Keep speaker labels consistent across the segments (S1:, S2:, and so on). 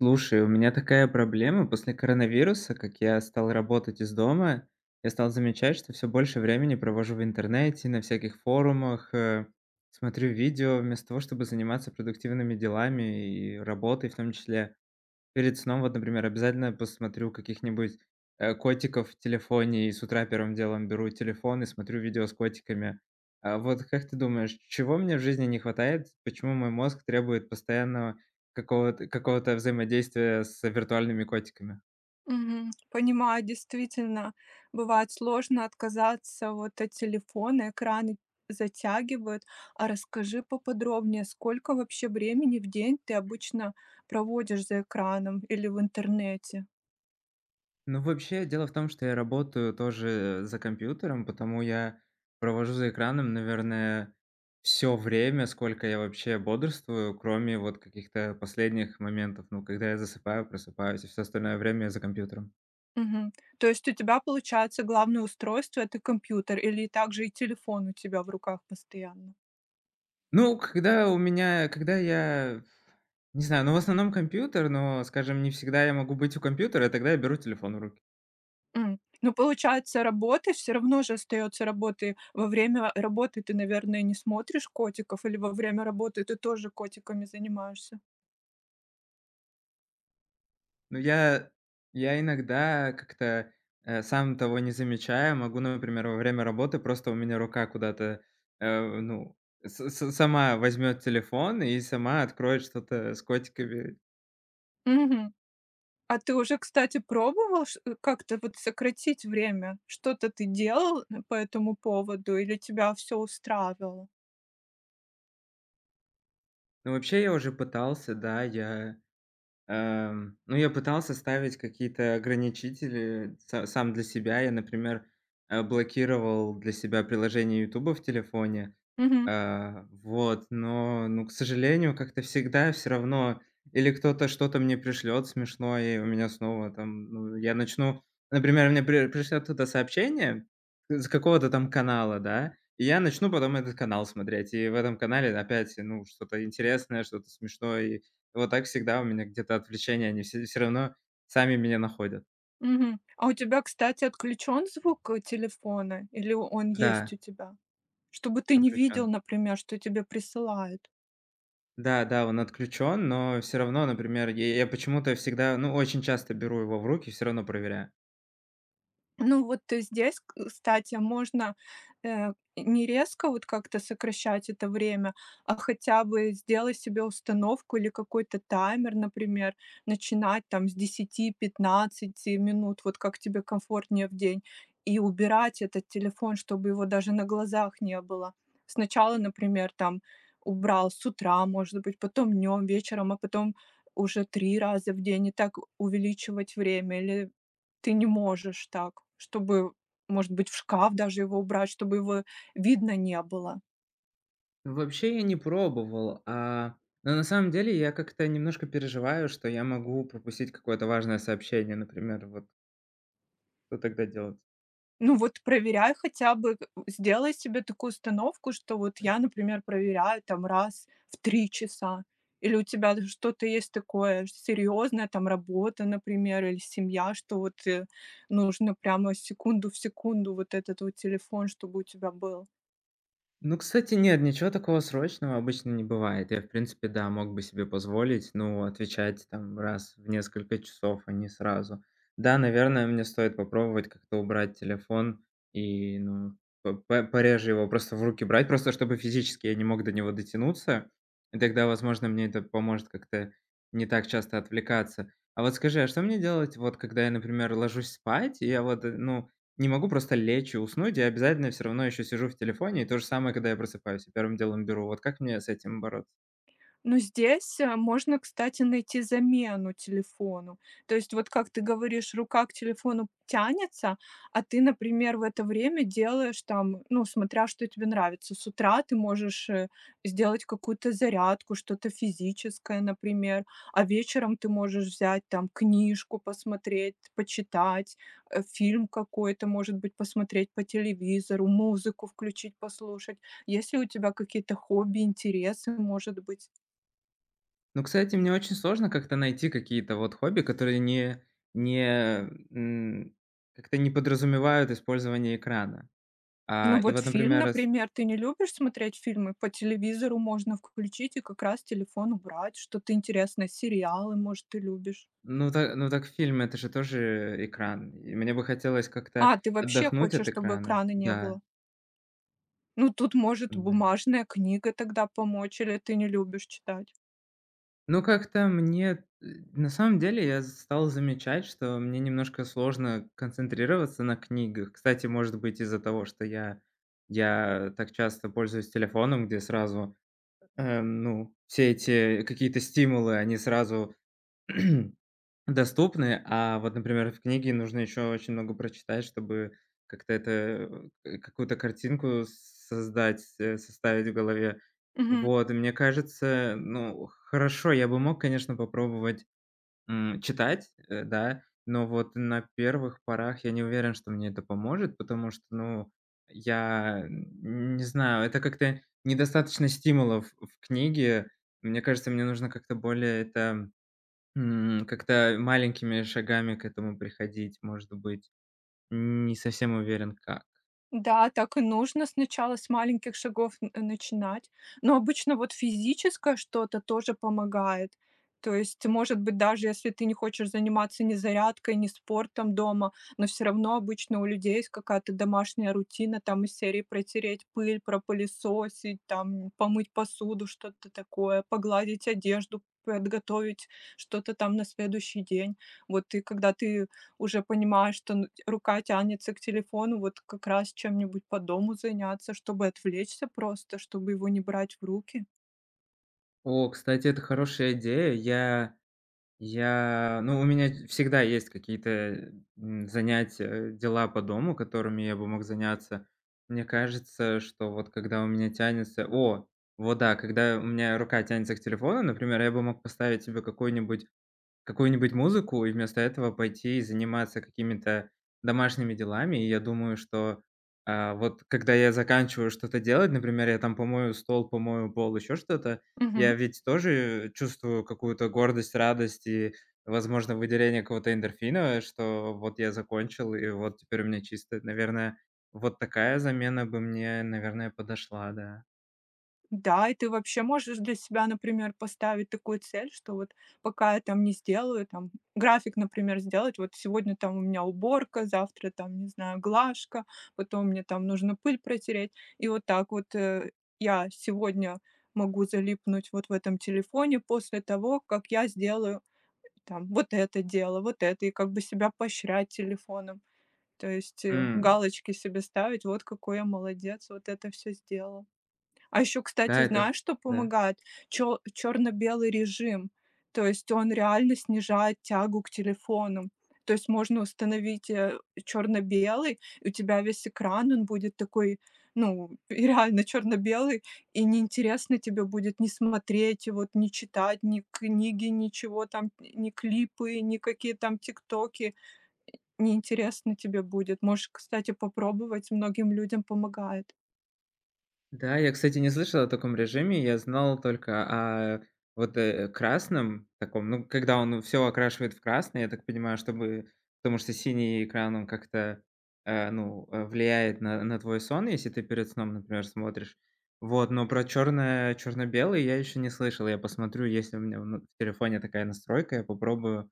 S1: Слушай, у меня такая проблема. После коронавируса, как я стал работать из дома, я стал замечать, что все больше времени провожу в интернете, на всяких форумах, смотрю видео, вместо того, чтобы заниматься продуктивными делами и работой в том числе. Перед сном вот, например, обязательно посмотрю каких-нибудь, котиков в телефоне и с утра первым делом беру телефон и смотрю видео с котиками. А вот как ты думаешь, чего мне в жизни не хватает? Почему мой мозг требует постоянного какого-то взаимодействия с виртуальными котиками?
S2: Мгм. Понимаю, действительно, бывает сложно отказаться вот от телефона, экраны затягивают. А расскажи поподробнее, сколько вообще времени в день ты обычно проводишь за экраном или в интернете?
S1: Ну, вообще, дело в том, что я работаю тоже за компьютером, потому я провожу за экраном, наверное, все время, сколько я вообще бодрствую, кроме вот каких-то последних моментов. Ну, когда я засыпаю, просыпаюсь, и все остальное время я за компьютером.
S2: Мгм. То есть у тебя, получается, главное устройство это компьютер или также и телефон у тебя в руках постоянно?
S1: Ну, когда у меня когда я не знаю, ну, в основном компьютер, но, скажем, не всегда я могу быть у компьютера, и тогда я беру телефон в руки.
S2: М. Ну, получается, работы все равно же остается работы. Во время работы ты, наверное, не смотришь котиков или во время работы ты тоже котиками занимаешься?
S1: Ну, я иногда как-то, сам того не замечая, могу, например, во время работы просто у меня рука куда-то, ну, с сама возьмет телефон и сама откроет что-то с котиками.
S2: Мгм. А ты уже, кстати, пробовал как-то вот сократить время? Что-то ты делал по этому поводу или тебя все устраивало?
S1: Ну, вообще я уже пытался, да, я ну, я пытался ставить какие-то ограничители са сам для себя. Я, например, блокировал для себя приложение "Ютуба" в телефоне.
S2: Мгм,
S1: Вот, но, ну, к сожалению, как-то всегда все равно или кто-то что-то мне пришлет смешное, и у меня снова там, ну, я начну например, мне пришлет кто сообщение с какого-то там канала, да, и я начну потом этот канал смотреть. И в этом канале опять, ну, что-то интересное, что-то смешное. Вот так всегда у меня где-то отвлечения, они все всё равно сами меня находят.
S2: мгм. А у тебя, кстати, отключен звук, телефона или он есть
S1: Да,
S2: у тебя? Чтобы ты не видел,
S1: отключен.
S2: например, что тебе присылают.
S1: Да, да, он отключен, но все равно, например, я почему-то всегда, ну, очень часто беру его в руки, все равно проверяю.
S2: Ну вот, здесь, к кстати, можно, не резко вот как-то сокращать это время, а хотя бы сделать себе установку или какой-то таймер, например, начинать там с 10-15 минут, вот как тебе комфортнее в день, и убирать этот телефон, чтобы его даже на глазах не было. Сначала, например, там убрал с утра, может быть, потом днем, вечером, а потом уже 3 раза в день, и так увеличивать время или ты не можешь так, чтобы, может быть, в шкаф даже его убрать, чтобы его видно не было.
S1: Вообще я не пробовал, но на самом деле я как-то немножко переживаю, что я могу пропустить какое-то важное сообщение, например. Вот что тогда делать?
S2: Ну вот проверяй хотя бы, г сделай себе такую установку, что вот я, например, проверяю там раз в 3 часа. Или у тебя д что-то есть такое серьезное, там работа, например, или семья, что вот, нужно прямо секунду в секунду вот этот вот телефон, чтобы у тебя был.
S1: Ну, кстати, нет, ничего такого срочного обычно не бывает. Я, в принципе, да, мог бы себе позволить, ну, отвечать там раз в несколько часов, а не сразу. Да, наверное, мне стоит попробовать как-то убрать телефон и, ну, пореже его просто в руки брать, просто чтобы физически я не мог до него дотянуться. И тогда, возможно, мне это поможет как-то не так часто отвлекаться. А вот скажи, а что мне делать, вот когда я, например, ложусь спать, и я вот, ну, не могу просто лечь и уснуть. Я обязательно все равно еще сижу в телефоне. И то же самое, когда я просыпаюсь, я первым делом беру. Вот как мне с этим бороться?
S2: Ну, здесь, можно, кстати, найти замену телефону. То есть вот как ты говоришь, рука к телефону тянется, а ты, например, в это время делаешь там, ну, смотря что тебе нравится. С утра ты можешь, сделать какую-то зарядку, что-то физическое, например, а вечером ты можешь взять там книжку посмотреть, почитать, фильм какой-то, может быть, посмотреть по телевизору, музыку включить, послушать. Если у тебя какие-то хобби, интересы, может быть?
S1: Ну, кстати, мне очень сложно как-то найти какие-то вот хобби, которые не не, как-то не подразумевают использование экрана.
S2: Ну
S1: А, и
S2: вот
S1: вот,
S2: фильм,
S1: например, раз,
S2: например, ты не любишь смотреть фильмы? По телевизору можно включить и как раз телефон убрать. Что-то интересное, сериалы, может, ты любишь.
S1: ну так ну так фильм- это же тоже экран. И мне бы хотелось как-то
S2: А, ты вообще
S1: отдохнуть
S2: хочешь,
S1: от
S2: чтобы
S1: экрана.
S2: экрана не
S1: Да,
S2: было? Ну, тут может
S1: да.
S2: бумажная книга тогда помочь, или ты не любишь читать?
S1: Ну, как-то мне, на самом деле, я стал замечать, что мне немножко сложно концентрироваться на книгах. Кстати, может быть, из-за того, что я так часто пользуюсь телефоном, где сразу, ну, все эти какие-то стимулы, они сразу доступны, а вот, например, в книге нужно еще очень много прочитать, чтобы как-то это, какую-то картинку создать, составить в голове.
S2: Мгм.
S1: Вот, и мне кажется, ну, хорошо, я бы мог, конечно, попробовать, читать, да, но вот на первых порах я не уверен, что мне это поможет, потому что, ну, я н не знаю, это как-то недостаточно стимулов в книге. Мне кажется, мне нужно как-то более это как-то маленькими шагами к этому приходить, может быть. Не совсем уверен, как.
S2: Да, так и нужно сначала с маленьких шагов начинать. Но обычно вот физическое что-то тоже помогает. То есть, может быть, даже если ты не хочешь заниматься ни зарядкой, ни спортом дома, но все равно обычно у людей есть какая-то домашняя рутина, там из серии протереть пыль, пропылесосить, там помыть посуду, что-то такое, погладить одежду, подготовить что-то там на следующий день. Вот и когда ты уже понимаешь, что н рука тянется к телефону, вот как раз чем-нибудь по дому заняться, чтобы отвлечься просто, чтобы его не брать в руки.
S1: О, кстати, это хорошая идея. Я ну, у меня всегда есть какие-то, занятия, дела по дому, которыми я бы мог заняться. Мне кажется, что вот когда у меня тянется О, вот да, когда у меня рука тянется к телефону, например, я бы мог поставить себе какую-нибудь музыку и вместо этого пойти и заниматься какими-то домашними делами. И я думаю, что, вот когда я заканчиваю что-то делать, например, я там помою стол, помою пол, еще что-то,
S2: Мгм.
S1: я ведь тоже чувствую какую-то гордость, радость и, возможно, выделение какого-то эндорфина, что вот я закончил, и вот теперь у меня чисто. Наверное, вот такая замена бы мне, наверное, подошла, да.
S2: Да, и ты вообще можешь для себя, например, поставить такую цель, что вот пока я там не сделаю, там график, например, сделать, вот сегодня там у меня уборка, завтра там, не знаю, глажка, потом мне там нужно пыль протереть. И вот так вот, я сегодня могу залипнуть вот в этом телефоне после того, как я сделаю там вот это дело, вот это, и как бы себя поощрять телефоном. То есть,
S1: М,
S2: галочки себе ставить: «Вот какой я молодец, вот это все сделал». А еще,
S1: да,
S2: кстати,
S1: это
S2: знаешь, что
S1: да.
S2: помогает? Чё Черно-белый режим. То есть он реально снижает тягу к телефону. То есть можно установить, черно-белый, и у тебя весь экран, он будет такой, ну, реально черно-белый, и неинтересно тебе будет не смотреть и вот не читать, ни книги, ничего там, ни клипы, ни какие там «Тиктоки». Неинтересно тебе будет. Можешь, кстати, попробовать, многим людям помогает.
S1: Да, я, кстати, не слышал о таком режиме. Я знал только о вот, красном таком, ну, когда он все окрашивает в красный, я так понимаю, чтобы потому что синий экран, он как-то, ну, влияет на твой сон, если ты перед сном, например, смотришь. Вот, но про черное черно-белый я еще не слышал. Я посмотрю, если у меня в ну в телефоне такая настройка, я попробую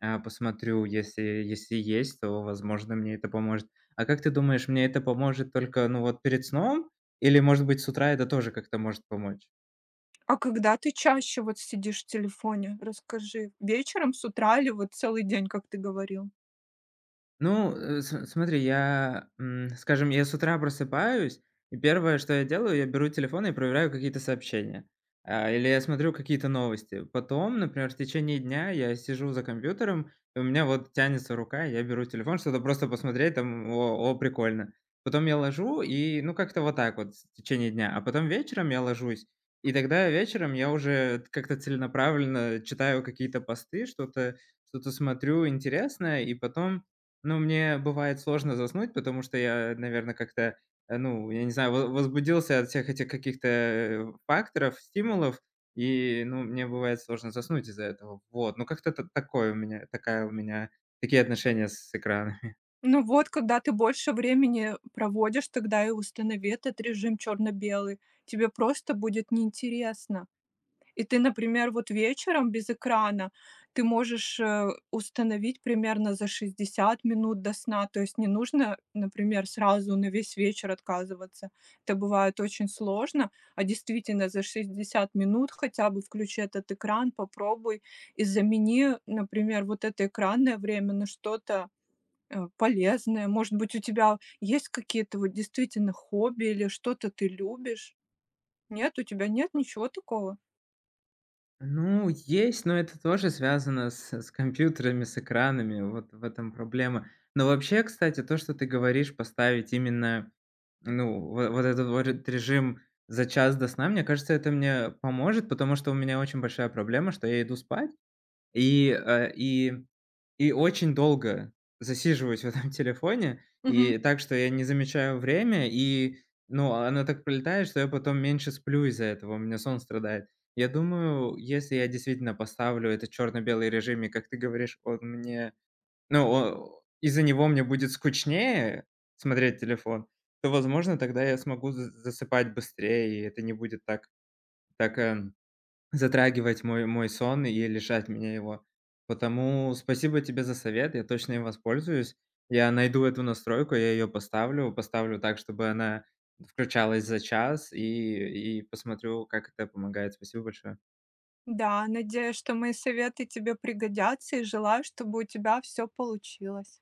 S1: посмотрю, если если есть, то, возможно, мне это поможет. А как ты думаешь, мне это поможет только, ну, вот перед сном? Или, может быть, с утра это тоже как-то может помочь?
S2: А когда ты чаще вот сидишь в телефоне? Расскажи. Вечером, с утра или вот целый день, как ты говорил?
S1: Ну, с смотри, я, скажем, я с утра просыпаюсь, и первое, что я делаю, я беру телефон и проверяю какие-то сообщения, или я смотрю какие-то новости. Потом, например, в течение дня я сижу за компьютером, и у меня вот тянется рука, и я беру телефон, что-то просто посмотреть там: "О, о, прикольно". Потом я ложу и, ну, как-то вот так вот в течение дня, а потом вечером я ложусь, и тогда вечером я уже как-то целенаправленно читаю какие-то посты, что-то смотрю интересное, и потом ну, мне бывает сложно заснуть, потому что я, наверное, как-то, ну, я не знаю, во возбудился от всех этих каких-то, факторов, стимулов, и, ну, мне бывает сложно заснуть из-за этого. Вот, ну, как-то та такое у меня такие отношения с экранами.
S2: Ну вот, когда ты больше времени проводишь, тогда и установи этот режим черно-белый. Тебе просто будет неинтересно. И ты, например, вот вечером без экрана ты можешь, установить примерно за 60 минут до сна. То есть не нужно, например, сразу на весь вечер отказываться. Это бывает очень сложно, а действительно за 60 минут хотя бы включи этот экран, попробуй и замени, например, вот это экранное время на что-то, полезное. Может быть, у тебя есть какие-то вот действительно хобби или что-то ты любишь? Нет, у тебя нет ничего такого?
S1: Ну, есть, но это тоже связано с компьютерами, с экранами, вот в этом проблема. Но вообще, кстати, то, что ты говоришь, поставить именно Ну, во вот этот вот режим за час до сна, мне кажется, это мне поможет, потому что у меня очень большая проблема, что я иду спать и, очень долго засиживаюсь в этом телефоне,
S2: Мгм.
S1: и так, что я не замечаю время, и, ну, оно так пролетает, что я потом меньше сплю из-за этого, у меня сон страдает. Я думаю, если я действительно поставлю этот черно-белый режим, и, как ты говоришь, он мне ну, о из-за него мне будет скучнее смотреть телефон, то, возможно, тогда я смогу за засыпать быстрее, и это не будет так так, затрагивать мой сон и лишать меня его. Потому спасибо тебе за совет, я точно им воспользуюсь. Я найду эту настройку, я ее поставлю, поставлю так, чтобы она включалась за час, и посмотрю, как это помогает. Спасибо большое.
S2: Да, надеюсь, что мои советы тебе пригодятся, и желаю, чтобы у тебя все получилось.